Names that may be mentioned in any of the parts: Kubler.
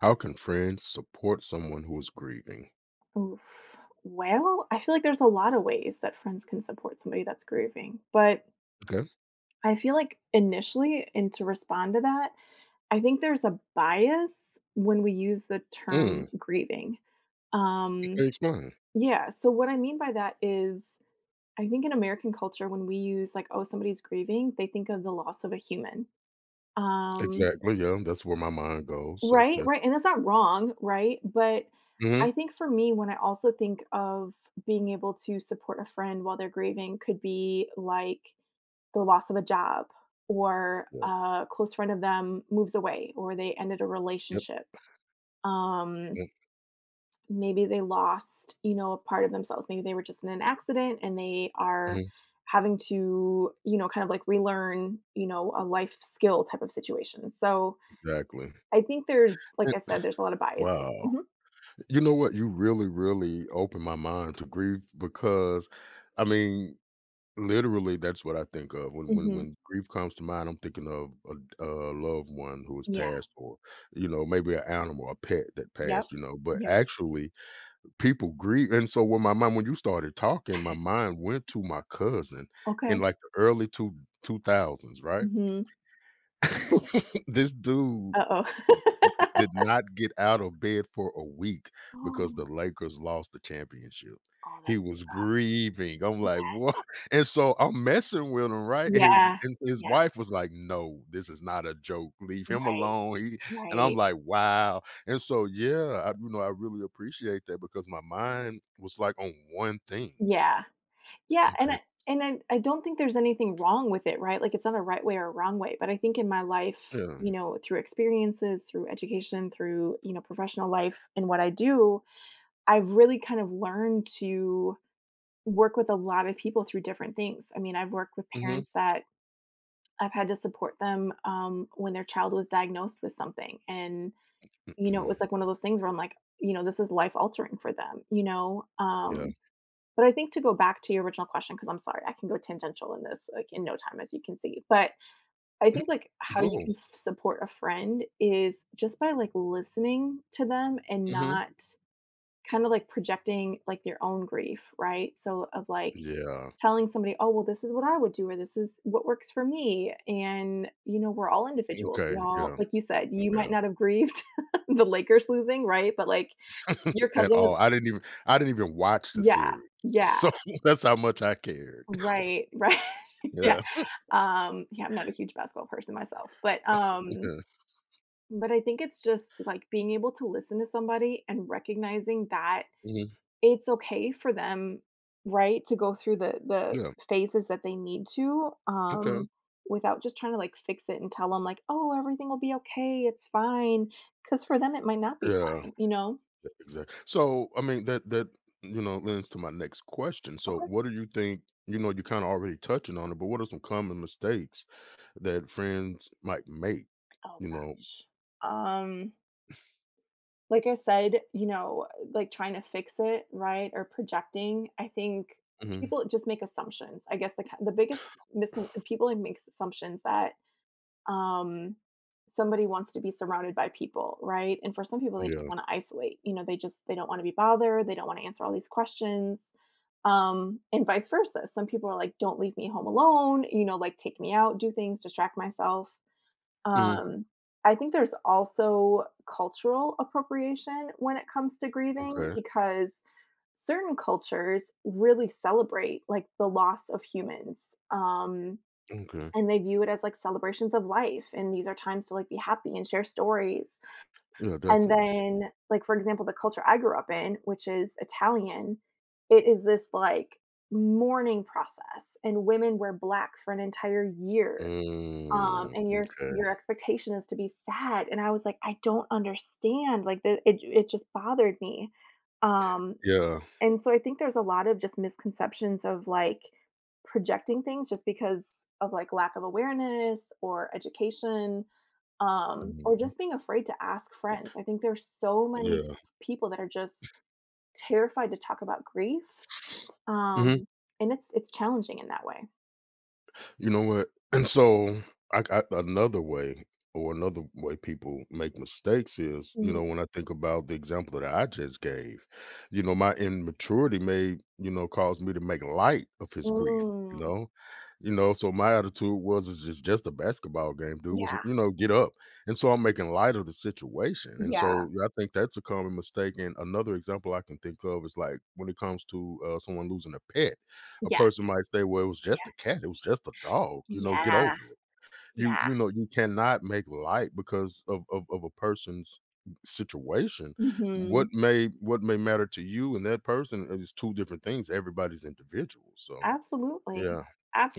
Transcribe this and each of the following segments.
How can friends support someone who is grieving? Oof. Well, I feel like there's a lot of ways that friends can support somebody that's grieving. But Okay. I feel like initially, and to respond to that, I think there's a bias when we use the term Mm, grieving. Um, okay, explain. yeah. So, what I mean by that is, I think in American culture, when we use like, oh, somebody's grieving, they think of the loss of a human. Um, Exactly, yeah, that's where my mind goes, so, Right, yeah. right, and that's not wrong, right? But I Mhm. think for me, when I also think of being able to support a friend while they're grieving could be like the loss of a job, or Yeah, a close friend of them moves away, or they ended a yep, relationship. Um, yep, Maybe they lost, a part of themselves. Maybe they were just in an accident and they are mhm, having to, you know, kind of like relearn, a life skill type of situation. So exactly. I think there's, like And I said, there's a lot of biases. wow. Mhm. You know what? You really, really opened my mind to grief because, I mean, literally, that's what I think of. When when Mhm. when grief comes to mind, I'm thinking of a loved one who has Yeah. passed, or, you know, maybe an animal, a pet that Yep. passed, but Yep. actually people grieve. And so when my mom, when you started talking, my mind went to my cousin in Okay. like the early two thousands, right? Mhm. This dude Uh-oh. Oh. did not get out of bed for a week because Oh, the Lakers lost the championship. oh, He that's was rough. grieving. I'm like, Yes. "What?" And so I'm messing with him, right? And Yeah. His Yeah. wife was like, "No, this is not a joke. Leave him Right. alone." He and I'm Right. like, "Wow." And so, yeah, I really appreciate that because my mind was like on one thing. Yeah. Yeah, and Okay. I and I I don't think there's anything wrong with it, right? Like, it's not a right way or a wrong way, but I think in my life, Yeah. you know, through experiences, through education, through, you know, professional life and what I do, I've really kind of learned to work with a lot of people through different things. I mean, I've worked with Mhm. parents that I've had to support them, when their child was diagnosed with something, and, you know, it was, like, one of those things where I'm like, you know, this is life altering for them, you know? Yeah. But I think to go back to your original question, because 'cause I'm sorry, I can go tangential in this, like, in no time, as you can see, but I think, like, how you Go. can f support a friend is just by, like, listening to them and Mhm. not kinda, like, projecting, like, your own grief, right? So, of, like, Yeah. telling somebody, "Oh, well, this is what I would do, or this is what works for me." And, you know, we're all individuals. We Okay. all, Yeah. like you said, you Yeah. might not have grieved the Lakers losing, right? But, like, your At cousin was. all. I didn't even watch the Yeah, series. yeah, So that's how much I cared. right, right, yeah. Yeah, Yeah, I'm not a huge basketball person myself, but, um yeah, but I think it's just, like, being able to listen to somebody and recognizing that mhm, it's okay for them, right, to go through the yeah, phases that they need to, okay, without just trying to, like, fix it and tell them like, "Oh, everything will be okay, it's fine," because for them, it might not be yeah, fine, you know? exactly. So, that lends to my next question. So, Okay. what do you think, you kinda already touching on it, but what are some common mistakes that friends might make, Oh, you know? gosh. Um, like I said, you know, like, trying to fix it, right, or projecting, I think Mhm, people just make assumptions. I guess the ki the biggest miscon people, like, makes assumptions that um, somebody wants to be surrounded by people, right? And for some people, they just yeah, want to isolate. You know, they just they don't want to be bothered. They don't want to answer all these questions, and vice versa. Some people are like, "Don't leave me home alone." You know, like, take me out, do things, distract myself. mm, Um, I think there's also cultural appropriation when it comes to grieving okay, because certain cultures really celebrate like the loss of humans. Okay, And they view it as, like, celebrations of life, and these are times to, like, be happy and share stories, yeah, and definitely. then, like, for example, the culture I grew up in, which is Italian, it is this, like, mourning process, and women wear black for an entire year, um, Mm, and your m'kay, your expectation is to be sad, and I was like, "I don't understand," like, the it it just bothered me, um yeah, and so I think there's a lot of just misconceptions of, like, projecting things just because of, like, lack of awareness or education, or mm, just being afraid to ask friends. I think there's so many yeah. people that are just terrified to talk about grief, um, and it's challenging in that way. You know what? And so I another way people make mistakes is, you Mm. know, when I think about the example that I just gave, my immaturity may, you know, cause me to make light of his grief, you Mm. know. You know, so my attitude was it's just a basketball game, dude. Was Yeah. You know, get up. And so I'm making light of the situation. And Yeah. so yeah, I think that's a common mistake. And another example I can think of is like when it comes to someone losing a pet, a Yes. person might say, "Well, it was just Yeah. a cat, it was just a dog," you know, get Yeah. over it. You Yeah. you know, you cannot make light because of a person's situation. What Mhm. may what may matter to you and that person is two different things. Everybody's individual. So, Absolutely. yeah,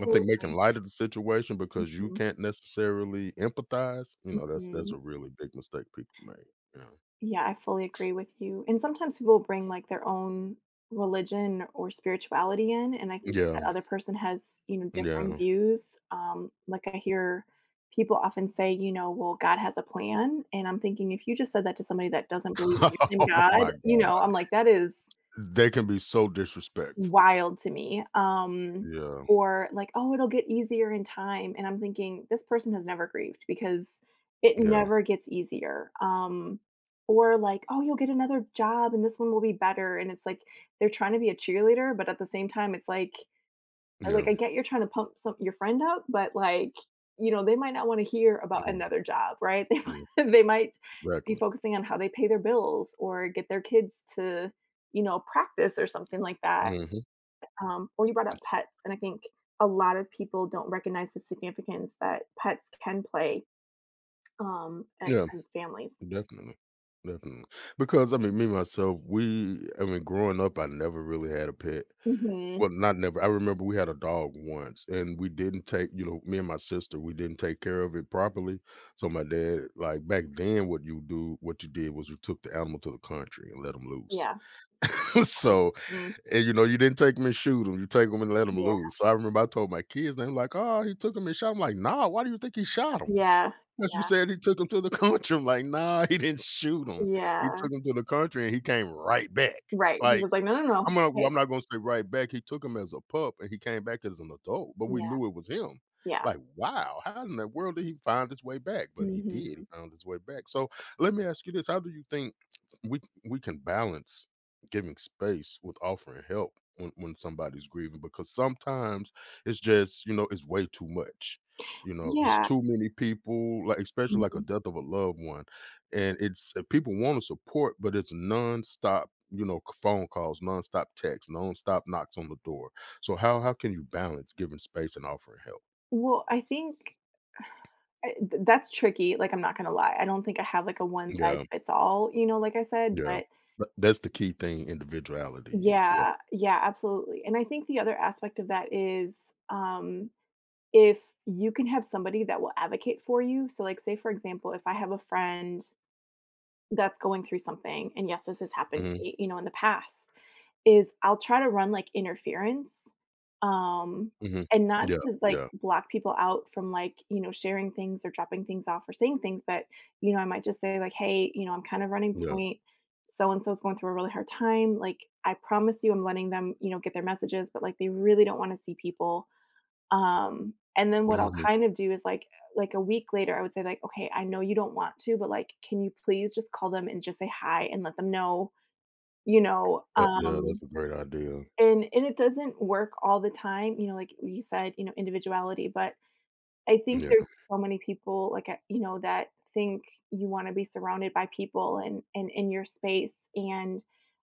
I think making light of the situation because you Mhm. can't necessarily empathize, you know, that's Mhm. a really big mistake people make, you know. Yeah, I fully agree with you. And sometimes people bring like their own religion or spirituality in. And I think if that Yeah, other person has, you know, differing yeah. views, like, I hear people often say, you know, well, God has a plan. And I'm thinking, if you just said that to somebody that doesn't believe in your same Oh God, my you know, I'm god. like, that is They can be so disrespectful. wild to me. Yeah, Or like, "Oh, it'll get easier in time," and I'm thinking, "This person has never grieved because it yeah, never gets easier." Or like, "Oh, you'll get another job and this one will be better," and it's like they're trying to be a cheerleader, but at the same time, it's like, like, yeah. I get you're trying to pump some your friend up, but like, you know, they might not wanna hear about Mm, another job, right? yeah, they might be exactly. focusing on how they pay their bills or get their kids to, you know, practice or something like that. Mhm. Or you brought up pets, and I think a lot of people don't recognize the significance that pets can play, um, and, Yeah, and families. definitely, definitely. Because, I mean, me, myself, we I mean, growing up, I never really had a pet. Hmm. Well, not never. I remember we had a dog once, and we didn't take, you know, me and my sister, we didn't take care of it properly. So my dad, like back then, what you did was you took the animal to the country and let him loose. Yeah. So, Mm. and you know, you didn't take him and shoot him. You take him and let him Yeah. loose. So I remember I told my kids, they were like, "Oh, he took him and shot him." Like, nah, why do you think he shot him? Yeah. But you Yeah. said he took him to the country. I'm like, "Nah, he didn't shoot him. He Yeah. took him to the country and he came right back." Right. He Like, was like, no, no, no. I'm not well, Hey. I'm not gonna say right back. He took him as a pup and he came back as an adult, but we Yeah. knew it was him. Yeah. Like, wow, how in the world did he find his way back? But he did, he Hmm. found his way back. So let me ask you this. How do you think we can balance giving space with offering help when, somebody's grieving? Because sometimes it's just, you know, it's way too much. You know, it's Yeah. too many people, like especially like a Mhm. death of a loved one, and it's people want to support, but it's nonstop, you know, phone calls, nonstop texts, nonstop knocks on the door. So how can you balance giving space and offering help? Well, I think that's tricky. Like, I'm not going to lie. I don't think I have like a one size Yeah, fits all, you know, like I said, yeah. but But that's the key thing. Individuality. You, yeah, yeah. Yeah. Absolutely. And I think the other aspect of that is, if you can have somebody that will advocate for you, so, like, say, for example, if I have a friend that's going through something, and yes, this has happened to mm-hmm, me, you know, in the past, is I'll try to run, like, interference, um, hmm, and not yeah, to, like, yeah, block people out from, like, you know, sharing things or dropping things off or saying things, but, you know, I might just say, like, "Hey, you know, I'm kind of running yeah, point. So and so is going through a really hard time. Like, I promise you I'm letting them, you know, get their messages, but, like, they really don't wanna see people." And then what I'll hmm, kind of do is like a week later, I would say like, "Okay, I know you don't want to, but like, can you please just call them and just say hi and let them know, you know?" yeah, yeah. Um, That's a great idea. and and it doesn't work all the time, you know, like you said, you know, individuality, but I think Yeah, there's so many people like, you know, that think you want to be surrounded by people and in your space, and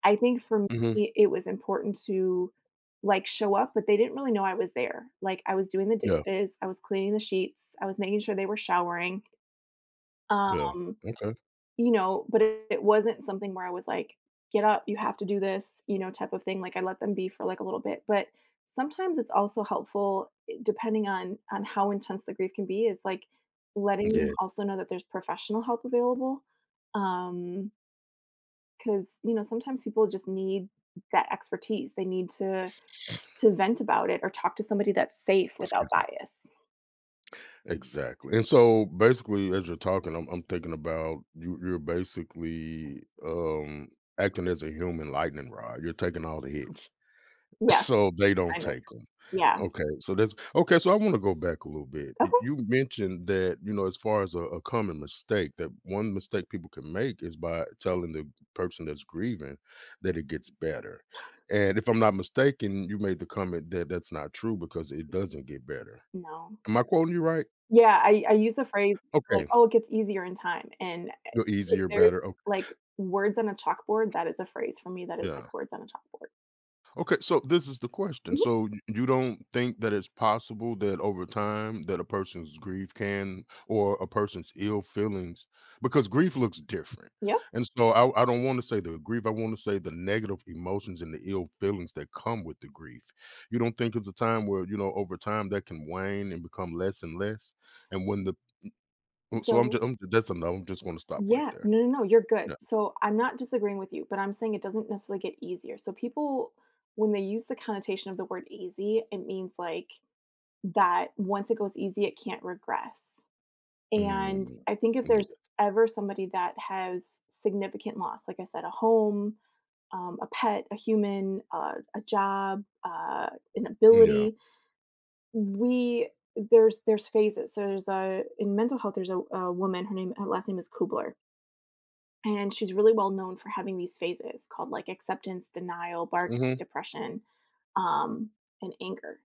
I think for hmm, me, it was important to, like, show up, but they didn't really know I was there. Like, I was doing the yeah, dishes, I was cleaning the sheets, I was making sure they were showering, yeah. um, Okay. you know, but it wasn't something where I was like, "Get up, you have to do this," you know, type of thing. Like, I let them be for, like, a little bit, but sometimes it's also helpful, depending on how intense the grief can be, is, like, letting them also Yes. know that there's professional help available. um 'Cause, you know, sometimes people just need that expertise. They need to vent about it or talk to somebody that's safe without Excuse me. bias. Exactly. And so basically as you're talking, I'm thinking about you, you're basically acting as a human lightning rod. You're taking all the hits. Yeah, So they don't kind of. take them. Yeah. Okay. So that's okay. So I want to go back a little bit. Okay. You mentioned that, you know, as far as a common mistake, that one mistake people can make is by telling the person that's grieving that it gets better. And if I'm not mistaken, you made the comment that that's not true because it doesn't get better. No. Am I quoting you right? Yeah, I use the phrase, people are like, Okay. "Oh, it gets easier in time," and Go if easier, there's, better. Okay. like, words on a chalkboard, that is a phrase for me that is like Yeah. words on a chalkboard. Okay. So this is the question. Mhm. So you don't think that it's possible that over time that a person's grief can, or a person's ill feelings, because grief looks different. Yep. And so I don't want to say the grief. I want to say the negative emotions and the ill feelings that come with the grief. You don't think it's a time where, you know, over time that can wane and become less and less. And when the, so So that's enough. I'm just going to stop right yeah. there. No, no, no, you're good. Yeah. So, I'm not disagreeing with you, but I'm saying it doesn't necessarily get easier. So people, when they use the connotation of the word easy, it means, like, that once it goes easy, it can't regress. And Mm. I think if there's Mm, ever somebody that has significant loss, like I said, a home, a pet, a human, a job, an yeah. ability, we there's phases. So there's a in mental health. There's a woman. Her last name is Kubler, and she's really well known for having these phases called like acceptance, denial, bargaining, Mhm. depression, um, and anger.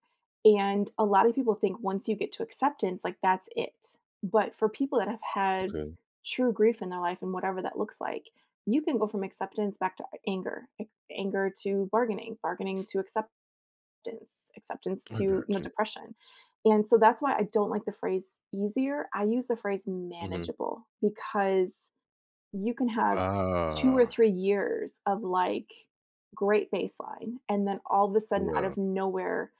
And a lot of people think once you get to acceptance, like that's it. But for people that have had Okay. true grief in their life and whatever that looks like, you can go from acceptance back to anger, anger to bargaining, bargaining to acceptance, acceptance I to, you know, got you. depression. And so that's why I don't like the phrase easier. I use the phrase Mhm. manageable because you can have 2 or Ah, 3 years of, like, great baseline, and then all of a sudden, out yeah, of nowhere,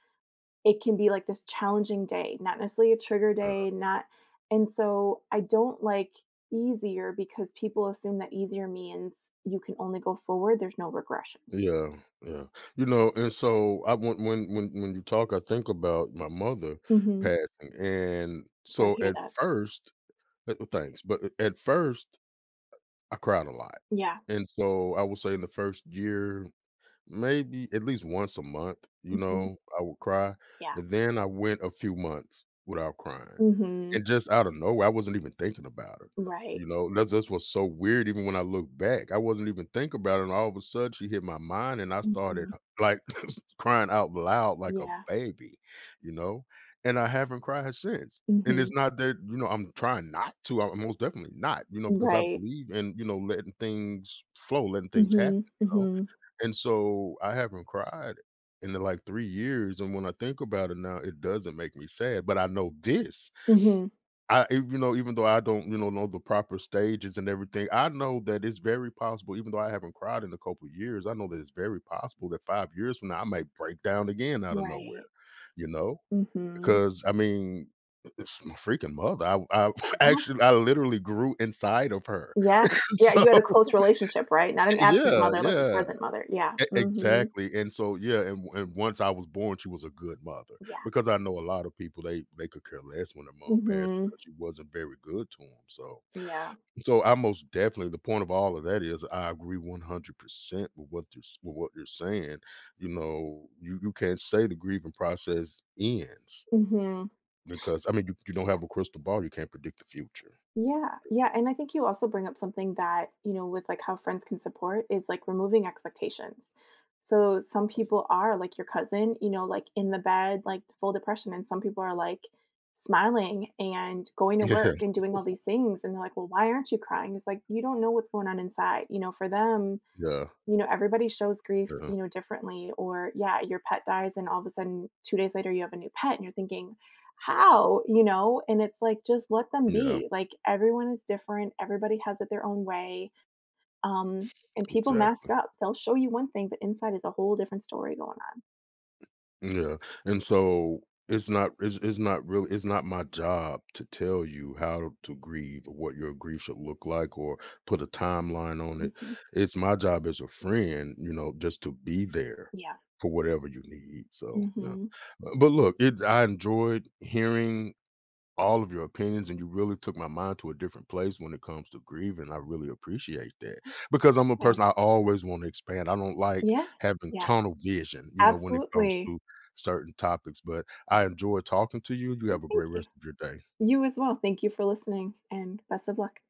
it can be, like, this challenging day, not necessarily a trigger yeah, day, not and so I don't like easier because people assume that easier means you can only go forward, there's no regression. yeah, yeah. You know, and so I when you talk, I think about my mother Mhm. passing, and So I so hear at that. first thanks, but at first I cried a lot. Yeah. And so I will say in the first year, maybe at least once a month, you Mhm. know, I would cry, Yeah. and then I went a few months without crying, Mhm. and just out of nowhere, I wasn't even thinking about her, Right. you know, that's Right. what's so weird, even when I look back, I wasn't even thinking about it, and all of a sudden, she hit my mind, and I started, Mhm. like, crying out loud like a Yeah. baby, you know, and I haven't cried since, and it's Mhm. not that, you know, I'm trying not to, I'm most definitely not, you know, because I Right. believe in, you know, letting things flow, letting things happen, Mhm. you know? Mhm. And so I haven't cried in the like 3 years, and when I think about it now, it doesn't make me sad, but I know this. Mhm. I even though I don't, you know the proper stages and everything, I know that it's very possible, even though I haven't cried in a couple of years, I know that it's very possible that 5 years from now, I might break down again out of nowhere, Right. you know? Mhm. Because, I mean, it's my freaking mother. I Yeah. actually I literally grew inside of her. Yeah. Yeah, So you had a close relationship, right? Not an absent yeah, mother, like a yeah. present mother. Yeah. E Mhm. Exactly, and so yeah, and once I was born, she was a good mother, Yeah. because I know a lot of people, they could care less when their mom passed Mhm. because she wasn't very good to them. So, Yeah. so I most definitely, the point of all of that is I agree 100% with what you're saying, you know, you can't say the grieving process ends Mhm. because, I mean, you don't have a crystal ball, you can't predict the future. Yeah. Yeah, and I think you also bring up something that, you know, with, like, how friends can support is, like, removing expectations. So, some people are like your cousin, you know, like, in the bed, like, full depression, and some people are, like, smiling and going to work and doing all these things, and they're like, "Well, why aren't you crying?" It's like, you don't know what's going on inside, you know, for them. Yeah, yeah, You know, everybody shows grief, yeah, you know, differently. Or yeah, your pet dies and all of a sudden 2 days later you have a new pet and you're thinking, "How?" You know? And it's like, just let them yeah, be. Like, everyone is different, everybody has it their own way, and people mask exactly. up. They'll show you one thing, but inside is a whole different story going on. Yeah, and so it's not it's, it's not really it's not my job to tell you how to grieve or what your grief should look like or put a timeline on it. Mhm. It's my job as a friend, you know, just to be there Yeah. for whatever you need. So yeah. Mhm. But look, it I enjoyed hearing all of your opinions and you really took my mind to a different place when it comes to grieving. I really appreciate that because I'm a I person, I always want to expand. I don't like Yeah, having yeah, tunnel vision, you know, when it comes absolutely. to certain topics, but I enjoy talking to you. You Well, have a thank great you. rest of your day. You as well. Thank you for listening, and best of luck.